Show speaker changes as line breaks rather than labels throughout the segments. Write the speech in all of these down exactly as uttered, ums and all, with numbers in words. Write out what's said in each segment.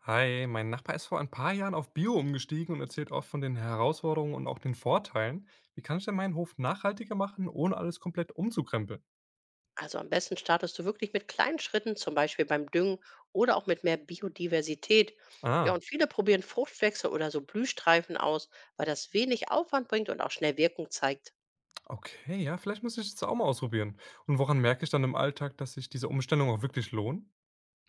Hi, mein Nachbar ist vor ein paar Jahren auf Bio umgestiegen und erzählt oft von den Herausforderungen und auch den Vorteilen. Wie kann ich denn meinen Hof nachhaltiger machen, ohne alles komplett umzukrempeln?
Also am besten startest du wirklich mit kleinen Schritten, zum Beispiel beim Düngen oder auch mit mehr Biodiversität. Ja,
Ah,
und viele probieren Fruchtwechsel oder so Blühstreifen aus, weil das wenig Aufwand bringt und auch schnell Wirkung zeigt.
okay, ja, vielleicht muss ich das auch mal ausprobieren. Und woran merke ich dann im Alltag, dass sich diese Umstellung auch wirklich lohnt?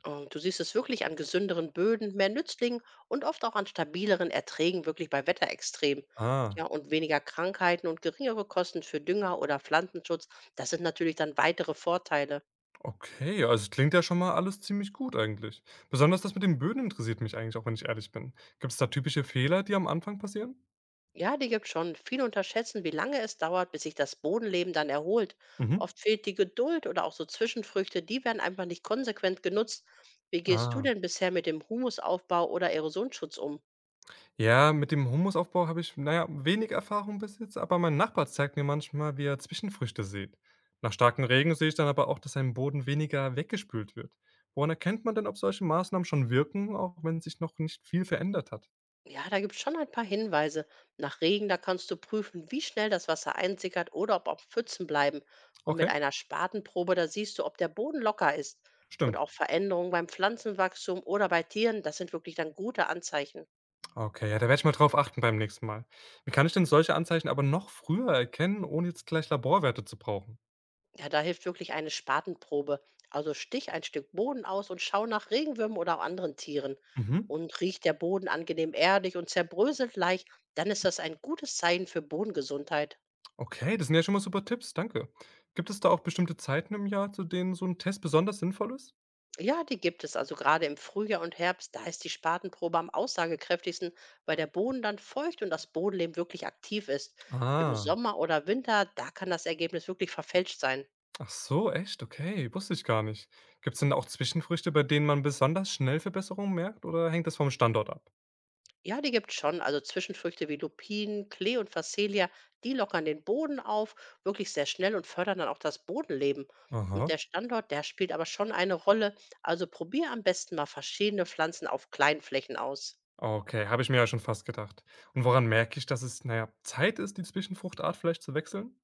Und du siehst es wirklich an gesünderen Böden, mehr Nützlingen und oft auch an stabileren Erträgen, wirklich bei Wetterextremen.
Ah,
Ja, und weniger Krankheiten und geringere Kosten für Dünger oder Pflanzenschutz, das sind natürlich dann weitere Vorteile.
okay, ja, also es klingt ja schon mal alles ziemlich gut eigentlich. Besonders das mit den Böden interessiert mich eigentlich, auch wenn ich ehrlich bin. Gibt es da typische Fehler, die am Anfang passieren?
Ja, die gibt schon. Viele unterschätzen, wie lange es dauert, bis sich das Bodenleben dann erholt.
Mhm.
Oft fehlt die Geduld oder auch so Zwischenfrüchte, die werden einfach nicht konsequent genutzt. Wie gehst du
Ah.
denn bisher mit dem Humusaufbau oder Erosionsschutz um?
Ja, mit dem Humusaufbau habe ich, naja, wenig Erfahrung bis jetzt, aber mein Nachbar zeigt mir manchmal, wie er Zwischenfrüchte sieht. Nach starkem Regen sehe ich dann aber auch, dass ein Boden weniger weggespült wird. Woran erkennt man denn, ob solche Maßnahmen schon wirken, auch wenn sich noch nicht viel verändert hat?
Ja, da gibt es schon ein paar Hinweise. Nach Regen, da kannst du prüfen, wie schnell das Wasser einsickert oder ob auch Pfützen bleiben. Und mit
Okay,
einer Spatenprobe, da siehst du, ob der Boden locker ist. Und
stimmt.
auch Veränderungen beim Pflanzenwachstum oder bei Tieren, das sind wirklich dann gute Anzeichen.
Okay, ja, da werde ich mal drauf achten beim nächsten Mal. Wie kann ich denn solche Anzeichen aber noch früher erkennen, ohne jetzt gleich Laborwerte zu brauchen?
Ja, da hilft wirklich eine Spatenprobe. Also stich ein Stück Boden aus und schau nach Regenwürmern oder auch anderen Tieren.
Mhm.
Und riecht der Boden angenehm erdig und zerbröselt leicht, dann ist das ein gutes Zeichen für Bodengesundheit.
Okay, das sind ja schon mal super Tipps, danke. Gibt es da auch bestimmte Zeiten im Jahr, zu denen so ein Test besonders sinnvoll ist?
Ja, die gibt es also gerade im Frühjahr und Herbst. Da ist die Spatenprobe am aussagekräftigsten, weil der Boden dann feucht und das Bodenleben wirklich aktiv ist. Im
Ah.
Sommer oder Winter, da kann das Ergebnis wirklich verfälscht sein.
Ach so, echt? Okay, wusste ich gar nicht. Gibt es denn auch Zwischenfrüchte, bei denen man besonders schnell Verbesserungen merkt, oder hängt das vom Standort ab?
Ja, die gibt's schon. Also Zwischenfrüchte wie Lupinen, Klee und Phacelia, die lockern den Boden auf, wirklich sehr schnell und fördern dann auch das Bodenleben. Und
Aha.
der Standort, der spielt aber schon eine Rolle. Also probier am besten mal verschiedene Pflanzen auf kleinen Flächen aus.
Okay, habe ich mir ja schon fast gedacht. Und woran merke ich, dass es, naja, Zeit ist, die Zwischenfruchtart vielleicht zu wechseln?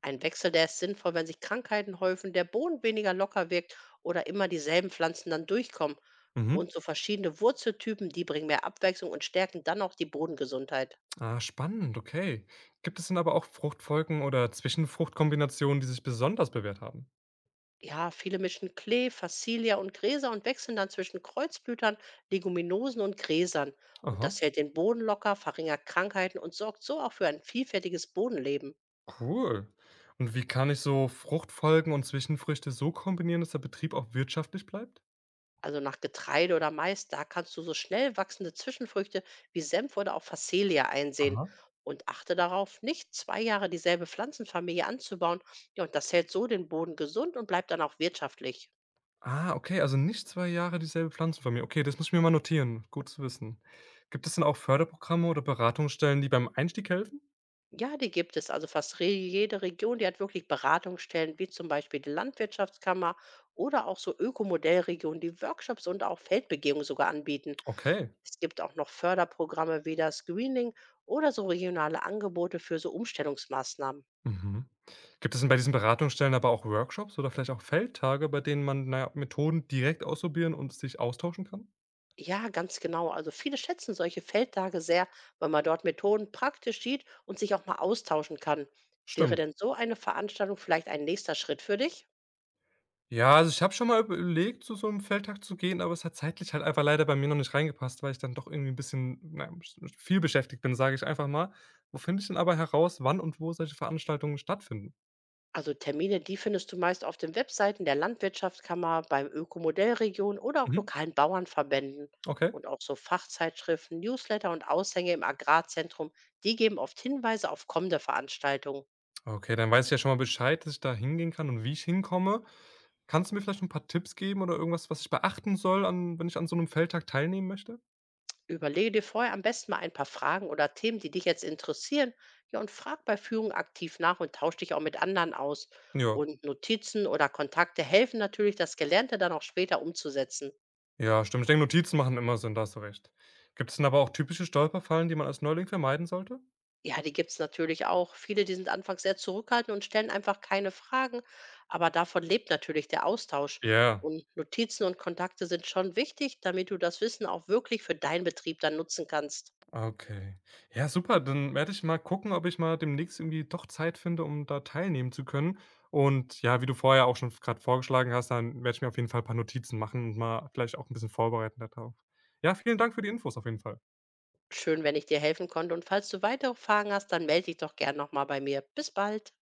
Ein Wechsel, der ist sinnvoll, wenn sich Krankheiten häufen, der Boden weniger locker wirkt oder immer dieselben Pflanzen dann durchkommen.
Mhm.
Und so verschiedene Wurzeltypen, die bringen mehr Abwechslung und stärken dann auch die Bodengesundheit.
Ah, spannend, okay. Gibt es denn aber auch Fruchtfolgen oder Zwischenfruchtkombinationen, die sich besonders bewährt haben?
Ja, viele mischen Klee, Fassilia und Gräser und wechseln dann zwischen Kreuzblütern, Leguminosen und Gräsern. Und
Aha,
das hält den Boden locker, verringert Krankheiten und sorgt so auch für ein vielfältiges Bodenleben.
cool. Und wie kann ich so Fruchtfolgen und Zwischenfrüchte so kombinieren, dass der Betrieb auch wirtschaftlich bleibt?
Also nach Getreide oder Mais, da kannst du so schnell wachsende Zwischenfrüchte wie Senf oder auch Fassilia einsehen.
Aha.
Und achte darauf, nicht zwei Jahre dieselbe Pflanzenfamilie anzubauen. Ja, und das hält so den Boden gesund und bleibt dann auch wirtschaftlich.
Ah, okay, also nicht zwei Jahre dieselbe Pflanzenfamilie. Okay, das muss ich mir mal notieren. Gut zu wissen. Gibt es denn auch Förderprogramme oder Beratungsstellen, die beim Einstieg helfen?
Ja, die gibt es. Also fast re- jede Region, die hat wirklich Beratungsstellen, wie zum Beispiel die Landwirtschaftskammer oder auch so Ökomodellregionen, die Workshops und auch Feldbegehungen sogar anbieten.
Okay.
Es gibt auch noch Förderprogramme wie das Greening oder so regionale Angebote für so Umstellungsmaßnahmen.
Mhm. Gibt es denn bei diesen Beratungsstellen aber auch Workshops oder vielleicht auch Feldtage, bei denen man, na ja, Methoden direkt ausprobieren und sich austauschen kann?
Ja, ganz genau. Also viele schätzen solche Feldtage sehr, weil man dort Methoden praktisch sieht und sich auch mal austauschen kann. Wäre
Stimmt.
denn so eine Veranstaltung vielleicht ein nächster Schritt für dich?
Ja, also ich habe schon mal überlegt, zu so einem Feldtag zu gehen, aber es hat zeitlich halt einfach leider bei mir noch nicht reingepasst, weil ich dann doch irgendwie ein bisschen, na ja, viel beschäftigt bin, sage ich einfach mal. Wo finde ich denn aber heraus, wann und wo solche Veranstaltungen stattfinden?
Also Termine, die findest du meist auf den Webseiten der Landwirtschaftskammer, beim Ökomodellregion oder auch
Mhm.
lokalen Bauernverbänden.
Okay.
Und auch so Fachzeitschriften, Newsletter und Aushänge im Agrarzentrum, die geben oft Hinweise auf kommende Veranstaltungen.
Okay, dann weiß ich ja schon mal Bescheid, dass ich da hingehen kann und wie ich hinkomme. Kannst du mir vielleicht 'n paar Tipps geben oder irgendwas, was ich beachten soll, an wenn ich an so 'nem Feldtag teilnehmen möchte?
Überlege dir vorher am besten mal ein paar Fragen oder Themen, die dich jetzt interessieren. Ja, und frag bei Führung aktiv nach und tausch dich auch mit anderen aus.
Ja.
Und Notizen oder Kontakte helfen natürlich, das Gelernte dann auch später umzusetzen.
Ja, stimmt. Ich denke, Notizen machen immer Sinn, da hast du recht. Gibt's denn aber auch typische Stolperfallen, die man als Neuling vermeiden sollte?
Ja, die gibt's natürlich auch. Viele, die sind anfangs sehr zurückhaltend und stellen einfach keine Fragen, aber davon lebt natürlich der Austausch.
Ja.
Und Notizen und Kontakte sind schon wichtig, damit du das Wissen auch wirklich für deinen Betrieb dann nutzen kannst.
Okay. Ja, super, dann werde ich mal gucken, ob ich mal demnächst irgendwie doch Zeit finde, um da teilnehmen zu können. Und ja, wie du vorher auch schon gerade vorgeschlagen hast, dann werde ich mir auf jeden Fall ein paar Notizen machen und mal vielleicht auch ein bisschen vorbereiten darauf. Ja, vielen Dank für die Infos auf jeden Fall.
Schön, wenn ich dir helfen konnte. Und falls du weitere Fragen hast, dann melde dich doch gern nochmal bei mir. Bis bald.